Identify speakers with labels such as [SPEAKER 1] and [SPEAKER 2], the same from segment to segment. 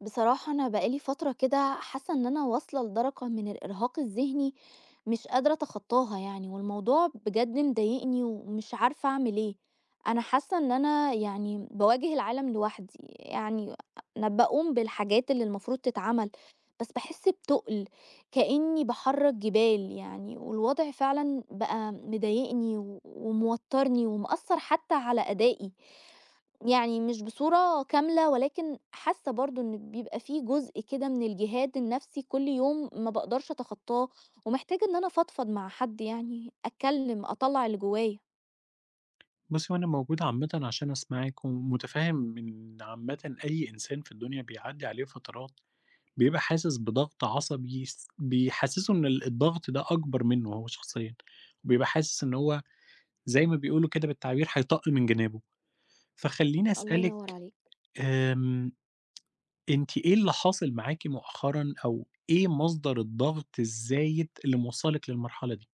[SPEAKER 1] بصراحة أنا بقالي فترة كده حاسة إن أنا واصلة لدرجة من الإرهاق الذهني مش قادرة أتخطاها يعني، والموضوع بجد مضايقني ومش عارفة أعمل إيه. أنا حاسة إن أنا يعني بواجه العالم لوحدي، يعني أنا بقوم بالحاجات اللي المفروض تتعمل بس بحس بتقل كأني بحرك جبال، يعني والوضع فعلا بقى مضايقني و- وموترني ومأثر حتى على أدائي، يعني مش بصورة كاملة ولكن حاسة برضه إن بيبقى في جزء كده من الجهاد النفسي كل يوم ما باقدرش أتخطاه، ومحتاجة إن أنا أفضفض مع حد يعني، أتكلم، أطلّع اللي جوايا.
[SPEAKER 2] بُصّي، هو أنا موجود عامةً عشان أسمعِك، ومتفهم إن عامةً أي إنسان في الدنيا بيعدّي عليه فترات بيبقى حاسس بضغط عصبي بيحسّسه إن الضغط ده أكبر منه هو شخصيًا، وبيبقى حاسس إن هو زي ما بيقولوا كده بالتعبير هيطق من جنابه. فخلّيني
[SPEAKER 1] الله ينور
[SPEAKER 2] أسألِك.
[SPEAKER 1] عليك.
[SPEAKER 2] آمم، أنتِ إيه اللي حاصل معاكِ مؤخرًا، أو إيه مصدر الضغط الزايد اللي موصّلِك للمرحلة دي؟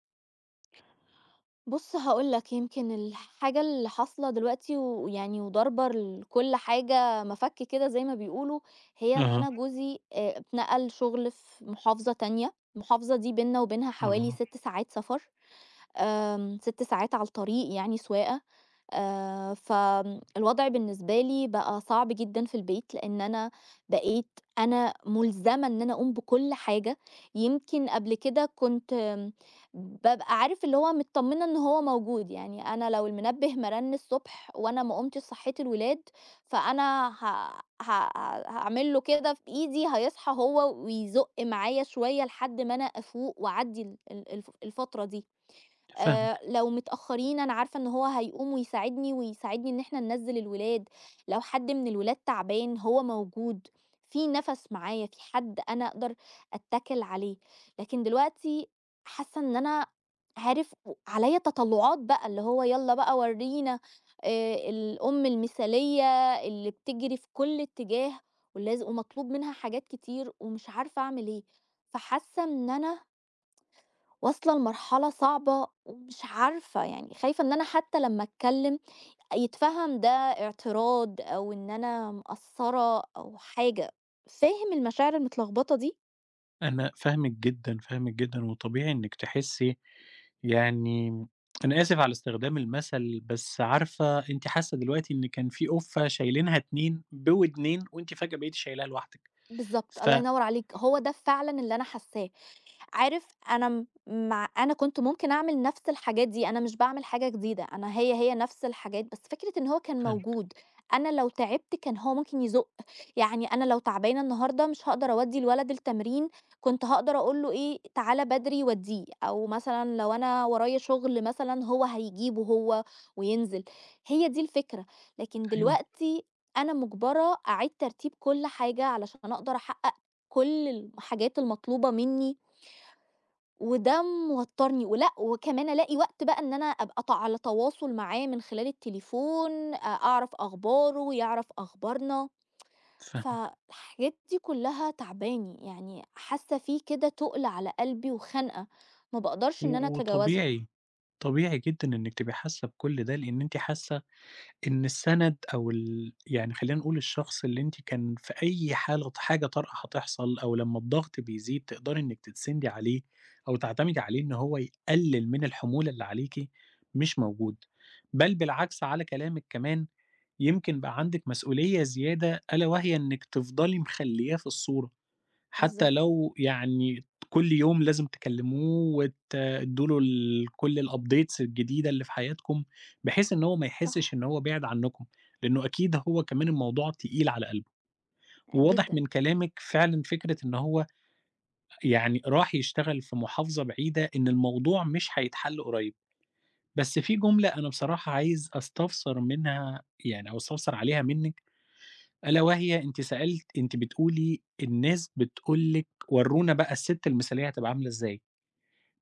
[SPEAKER 1] بُص هاقول لك، يمكن الحاجة اللي حاصلة دلوقتي ويعني وضاربة لكل حاجة مَفَك كده زي ما بيقولوا، هي إن
[SPEAKER 2] أها.
[SPEAKER 1] أنا جوزي اتنقل شغل في محافظة تانية، المحافظة دي بيننا وبينها حوالي
[SPEAKER 2] أها.
[SPEAKER 1] 6 ساعات سفر، 6 ساعات على الطريق يعني سواقة. فالوضع بالنسبة لي بقى صعب جدًا في البيت، لإن أنا بقيت أنا مُلزمة إن أنا أقوم بكل حاجة. يمكن قبل كده كنت بابقى عارف اللي هو متطمنة إن هو موجود، يعني أنا لو المنبه ما رن الصبح وأنا ما قُمتش صحّيت الولاد، فأنا ه ه هاعمل له كده بإيدي هيصحى هو ويزُق معايا شوية لحد ما أنا أفوق وأعدّي ال ال الف الفترة دي.
[SPEAKER 2] فاهمِك.
[SPEAKER 1] لو متأخرين أنا عارفة إن هو هيقوم ويساعدني، ويساعدني إن إحنا ننزّل الولاد، لو حد من الولاد تعبان هو موجود، في نَفَس معايا، في حد أنا أقدر أتَّكل عليه. لكن دلوقتي حاسة إن أنا عارف و عليّا تطلُّعات بقى، اللي هو يالّا بقى ورّينا الأم المثالية اللي بتجري في كل اتجاه، ولاز ومطلوب منها حاجات كتير ومش عارفة أعمل إيه. فحاسة إن أنا واصلة لمرحلة صعبة ومش عارفة، يعني خايفة إن أنا حتى لمّا أتكلم يتفهم ده اعتراض أو إن أنا مقصّرة أو حاجة، فاهم المشاعر المتلخبطة دي؟
[SPEAKER 2] أنا فاهمِك جدًا، فاهمِك جدًا، وطبيعي إنِّك تحسّي، يعني أنا آسف على استخدام المثل، بس عارفة أنتِ حاسة دلوقتي إن كان في قُفّة شايلينها 2 بودنين وأنتِ فجأة بقيتِ شايلاها لوحدِك.
[SPEAKER 1] بالضبط،
[SPEAKER 2] ف
[SPEAKER 1] الله ينوّر عليك، هو ده فعلًا اللي أنا حاساه. عارف أنا م مع أنا كنت ممكن أعمل نفس الحاجات دي، أنا مش باعمل حاجة جديدة، أنا هي، هي نفس الحاجات، بس فكرة إن هو كان
[SPEAKER 2] فاهمِك.
[SPEAKER 1] موجود، أنا لو تعبت كان هو ممكن يزُق، يعني أنا لو تعبانة النهارده مش هاقدر أودّي الولد التمرين، كنت هاقدر أقول له إيه، تعالَ بدري ودّيه، أو مثلًا لو أنا ورايا شغل مثلًا هو هيجيبه هو وينزل، هي دي الفكرة. لكن
[SPEAKER 2] أيوه.
[SPEAKER 1] دلوقتي أنا مُجبرة أعيد ترتيب كل حاجة علشان أقدر أحقق كل الحاجات المطلوبة منّي، وده موتّرني ولأ، وكمان ألاقي وقت بقى إن أنا أبقى ط على تواصل معاه من خلال التليفون، أعرف أخباره، يعرف أخبارنا،
[SPEAKER 2] فاهمِك.
[SPEAKER 1] فالحاجات دي كلّها تاعباني، يعني حاسّة في كده تُقل على قلبي وخنقة، ما باقدرش إن أنا أتجاوزها.
[SPEAKER 2] وطبيعي، طبيعي جدًا إنِّك تبقي حاسة بكل ده، لإن أنتِ حاسة إن السَند أو يعني خلّينا نقول الشخص اللي أنتِ كان في أي حالة حاجة طارئة هتحصل أو لمّا الضغط بيزيد تقدري إنِّك تتسندي عليه أو تعتمدي عليه إن هو يقلل من الحمولة اللي عليكِ مش موجود، بل بالعكس على كلامِك كمان يمكن بقى عندِك مسؤولية زيادة ألا وهي إنِّك تفضلي مخلّياه في الصورة. حتى
[SPEAKER 1] بالضبط،
[SPEAKER 2] لو يعني كل يوم لازم تكلموه وتدّوا له كل الupdates الجديدة اللي في حياتكم، بحيث إن هو ما يحسّش
[SPEAKER 1] صح،
[SPEAKER 2] إن هو بِعِد عنّكم، لإنه أكيد هو كمان الموضوع تقيل على قلبه، وواضح
[SPEAKER 1] جدًا.
[SPEAKER 2] من كلامِك فعلًا فكرة إن هو يعني راح يشتغل في محافظة بعيدة، إن الموضوع مش هيتحل قريب، بس في جملة أنا بصراحة عايز أستفسر منها يعني أو أستفسر عليها منِّك ألا وهي أنتِ سألتِ أنتِ بتقولي الناس بتقول لِك ورونا بقى الست المثالية هتبقى عاملة إزاي،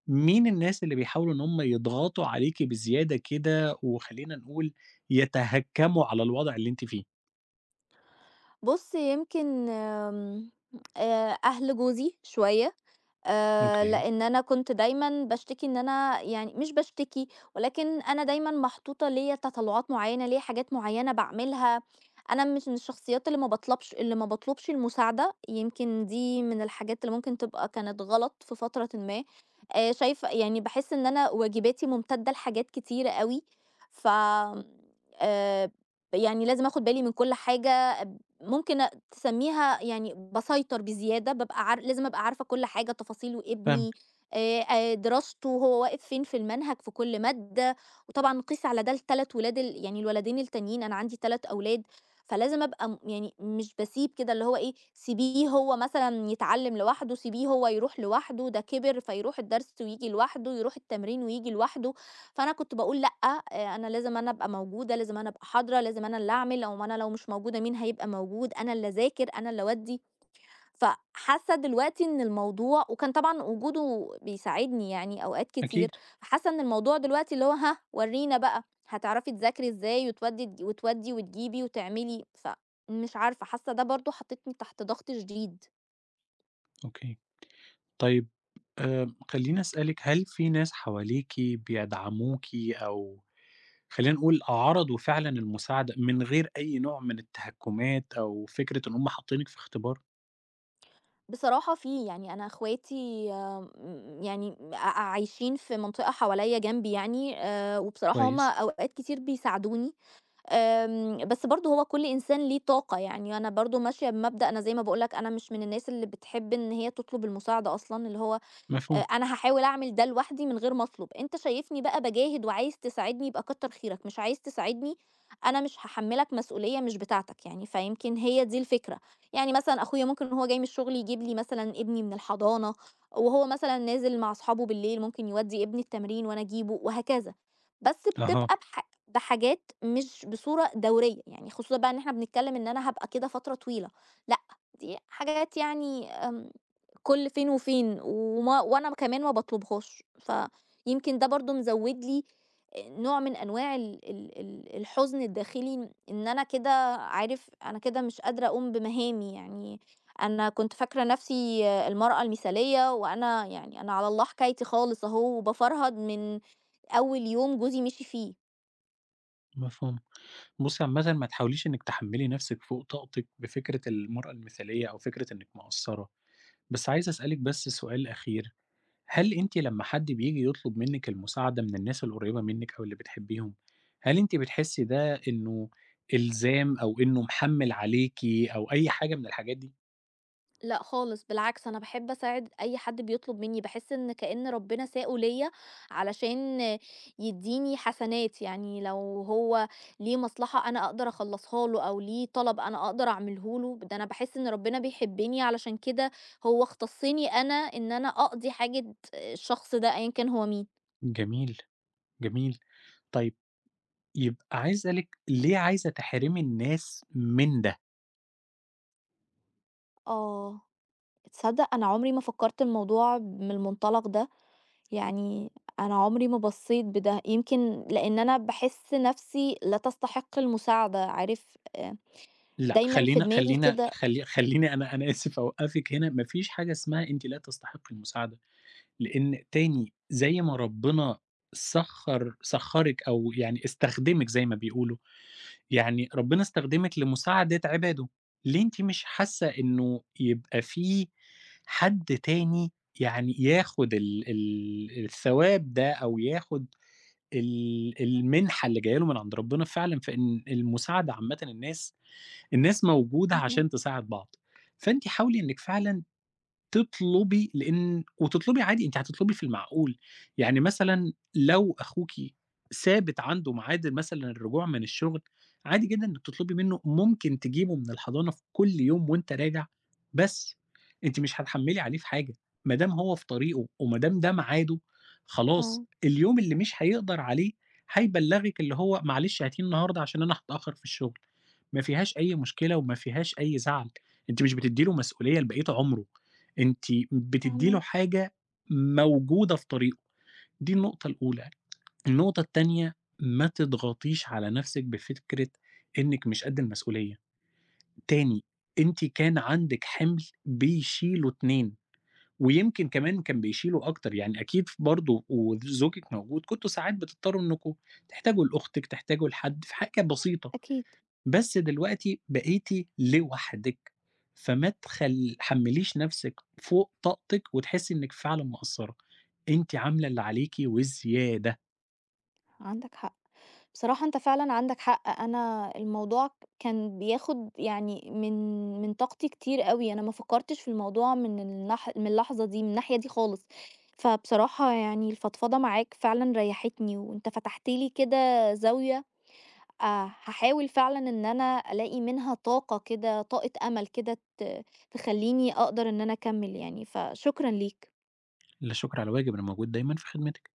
[SPEAKER 2] مين الناس اللي بيحاولوا إن هم يضغطوا عليكِ بزيادة كده وخلّينا نقول يتهكموا على الوضع اللي أنتِ فيه؟
[SPEAKER 1] بُص يمكن أهل جوزي شوية،
[SPEAKER 2] أوكي.
[SPEAKER 1] لإن أنا كنت دايمًا باشتكي، إن أنا يعني مش باشتكي، ولكن أنا دايمًا محطوطة ليّا تطلعات معيّنة، ليّا حاجات معيّنة باعملها، أنا مش من الشخصيات اللي ما باطلبش المساعدة، يمكن دي من الحاجات اللي ممكن تبقى كانت غلط في فترةٍ ما. شايفة يعني باحس إن أنا واجباتي ممتدة لحاجات كتيرة أوي، ف آمم، آآ، يعني لازم آخد بالي من كل حاجة، ممكن تسميها يعني باسيطر بزيادة، بابقى لازم أبقى عارفة كل حاجة، تفاصيل
[SPEAKER 2] فاهمِك.
[SPEAKER 1] وابني آآ، دراسته، هو واقف فين في المنهج في كل مادة، وطبعًا قيس على ده ال3 ولاد ال يعني الولدين التانيين، أنا عندي 3 أولاد، فلازم أبقى يعني مش باسيب كده اللي هو إيه، سيبيه هو مثلًا يتعلم لوحده، سيبيه هو يروح لوحده، ده كبر فيروح الدرس وييجي لوحده، يروح التمرين وييجي لوحده. فأنا كنت باقول لأ، أنا لازم أنا أبقى موجودة، لازم أنا أبقى حاضرة، لازم أنا اللي أعمل، لو ما أنا لو مش موجودة مين هيبقى موجود، أنا اللي أذاكر، أنا اللي أودّي. فحاسة دلوقتي إن الموضوع وكان طبعًا وجوده بيساعدني يعني أوقات
[SPEAKER 2] أكيد.
[SPEAKER 1] كتير، فحاسة إن الموضوع دلوقتي اللي هو هاه ورّينا بقى هتعرفي تذاكري إزاي، وتودّي وتجيبي وتعملي، فمش عارفة، حاسة ده برضه حاططني تحت ضغط شديد.
[SPEAKER 2] أوكي. طيب، خلّيني أسألِك هل في ناس حواليكِ بيدعموكِ أو خلّينا نقول عرضوا فعلًا المساعدة من غير أي نوع من التهكمات أو فكرة إن هم حاطينِك في اختبار؟
[SPEAKER 1] بصراحة في، يعني أنا أخواتي يعني عايشين في منطقة حواليّا جنبي يعني، وبصراحة هُم
[SPEAKER 2] كويس.
[SPEAKER 1] أوقات كتير بيساعدوني. بس برضه هو كل إنسان ليه طاقة، يعني أنا برضه ماشية بمبدأ أنا زي ما باقول لك أنا مش من الناس اللي بتحب إن هي تطلب المساعدة أصلًا، اللي هو
[SPEAKER 2] مفهوم.
[SPEAKER 1] أنا هاحاول أعمل ده لوحدي من غير ما أطلب، أنت شايفني بقى باجاهد وعايز تساعدني يبقى كتّر خيرك، مش عايز تساعدني أنا مش هاحمّلك مسؤولية مش بتاعتك يعني، فيمكن هي دي الفكرة. يعني مثلًا أخويا ممكن وهو جاي من الشغل يجيب لي مثلًا ابني من الحضانة، وهو مثلًا نازل مع أصحابه بالليل ممكن يودّي ابني التمرين وأنا أجيبه وهكذا، بس
[SPEAKER 2] أها.
[SPEAKER 1] بتبقى بحاجات مش بصورة دورية، يعني خصوصًا بقى إن إحنا بنتكلّم إن أنا هابقى كده فترة طويلة. لأ، دي حاجات يعني كل فين وفين، وما وأنا كمان ما باطلبهاش، فيمكن ده برضه مزوّد لي نوع من أنواع ال ال ال الحزن الداخلي، إن أنا كده عارف أنا كده مش قادرة أقوم بمهامي، يعني أنا كنت فاكرة نَفْسي آه، المرأة المثالية، وأنا يعني أنا على الله حكايتي خالص أهو وبافرهد من أول يوم جوزي مشي فيه.
[SPEAKER 2] مفهوم. بُصّي عامةً ما تحاوليش إنِّك تحمّلي نَفْسِك فوق طاقتِك بفكرة المرأة المثالية أو فكرة إنِّك مقصّرة، بس عايز أسألِك بس سؤال أخير، هل أنتِ لمّا حد بييجي يطلب منِّك المساعدة من الناس القريّبة منِّك أو اللي بتحبّيهم، هل أنتِ بتحسّي ده إنه إلزام أو إنه محمّل عليكِ أو أي حاجة من الحاجات دي؟
[SPEAKER 1] لأ خالص، بالعكس أنا باحب أساعد أي حد بيطلب منّي، باحس إن كإن ربنا ساقه ليّا علشان يدّيني حسنات، يعني لو هو ليه مصلحة أنا أقدر أخلّصها له أو ليه طلب أنا أقدر أعمله له، ده أنا باحس إن ربنا بيحبّني علشان كده هو اختصّني أنا إن أنا أقضي حاجة الشخص ده أيًا كان هو مين.
[SPEAKER 2] جميل. جميل. طيب، يبقى عايز أسألِك ليه عايزة تحرمي الناس من ده؟
[SPEAKER 1] آه، تصدّق أنا عمري ما فكّرت الموضوع من المنطلق ده. يعني أنا عمري ما بصّيت بده، يمكن لإن أنا باحس نَفْسي لا تستحق المساعدة، عارف،
[SPEAKER 2] لأ،
[SPEAKER 1] دايمًا في
[SPEAKER 2] خلّينا
[SPEAKER 1] دماغي
[SPEAKER 2] خلّينا
[SPEAKER 1] كده.
[SPEAKER 2] خلّي خلّيني أنا آسف أوقّفِك هنا، ما فيش حاجة اسمها أنتِ لا تستحقي المساعدة، لإن تاني زي ما ربنا سخّرِك أو يعني استخدمِك زي ما بيقولوا، يعني ربنا استخدمِك لمساعدة عباده، ليه أنتِ مش حاسة إنه يبقى في حد تاني يعني ياخد ال ال الثواب ده أو ياخد المنحة اللي جاية له من عند ربنا فعلًا في إن المساعدة عامةً الناس موجودة
[SPEAKER 1] فاهماك،
[SPEAKER 2] عشان تساعد بعض، فأنتِ حاولي إنِّك فعلًا تطلبي لإن وتطلبي عادي أنتِ هتطلبي في المعقول، يعني مثلًا لو أخوكِ ثابت عنده ميعاد مثلًا الرجوع من الشغل، عادي جدًا إنِّك تطلبي منه ممكن تجيبه من الحضانة في كل يوم وأنت راجع، بس أنتِ مش هتحمّلي عليه في حاجة، ما دام هو في طريقه وما دام ده ميعاده، خلاص
[SPEAKER 1] آه،
[SPEAKER 2] اليوم اللي مش هيقدر عليه هيبلّغِك اللي هو معلش هاتيه النهارده عشان أنا هاتأخر في الشغل، ما فيهاش أي مشكلة وما فيهاش أي زعل، أنتِ مش بتدّي له مسؤولية لبقية عمره. أنتِ بتدّي له
[SPEAKER 1] فاهماك،
[SPEAKER 2] حاجة موجودة في طريقه، دي النقطة الأولى. النقطة التانية، ما تضغطيش على نفسِك بفكرة إنِّك مش قد المسؤولية. تاني، أنتِ كان عندِك حِمل بيشيله 2 ويمكن كمان كان بيشيله أكتر، يعني أكيد ف برضه وزوجِك موجود، كنتم ساعات بتضطروا إنكم تحتاجوا لأختِك، تحتاجوا لحد في حاجة بسيطة.
[SPEAKER 1] أكيد،
[SPEAKER 2] بس دلوقتي بقيتِ لوحدِك، فما حمّليش نفسِك فوق طاقتِك وتحسّي إنِّك فعلًا مقصّرة، أنتِ عاملة اللي عليكِ وزيادة.
[SPEAKER 1] عندك حق. بصراحة أنت فعلًا عندك حق، أنا الموضوع كان بياخُد يعني من طاقتي كتير أوي، أنا ما فكّرتش في الموضوع من اللحظة دي، من الناحية دي خالص، فبصراحة يعني الفضفضة معاك فعلًا ريّحتني، وأنت فتحت لي كده زاوية، هاحاول فعلًا إن أنا ألاقي منها طاقة كده، طاقة أمل كده تخلّيني أقدر إن أنا أكمّل يعني، فشكرًا ليك.
[SPEAKER 2] لا شكر على واجب، أنا موجود دايمًا في خدمتِك.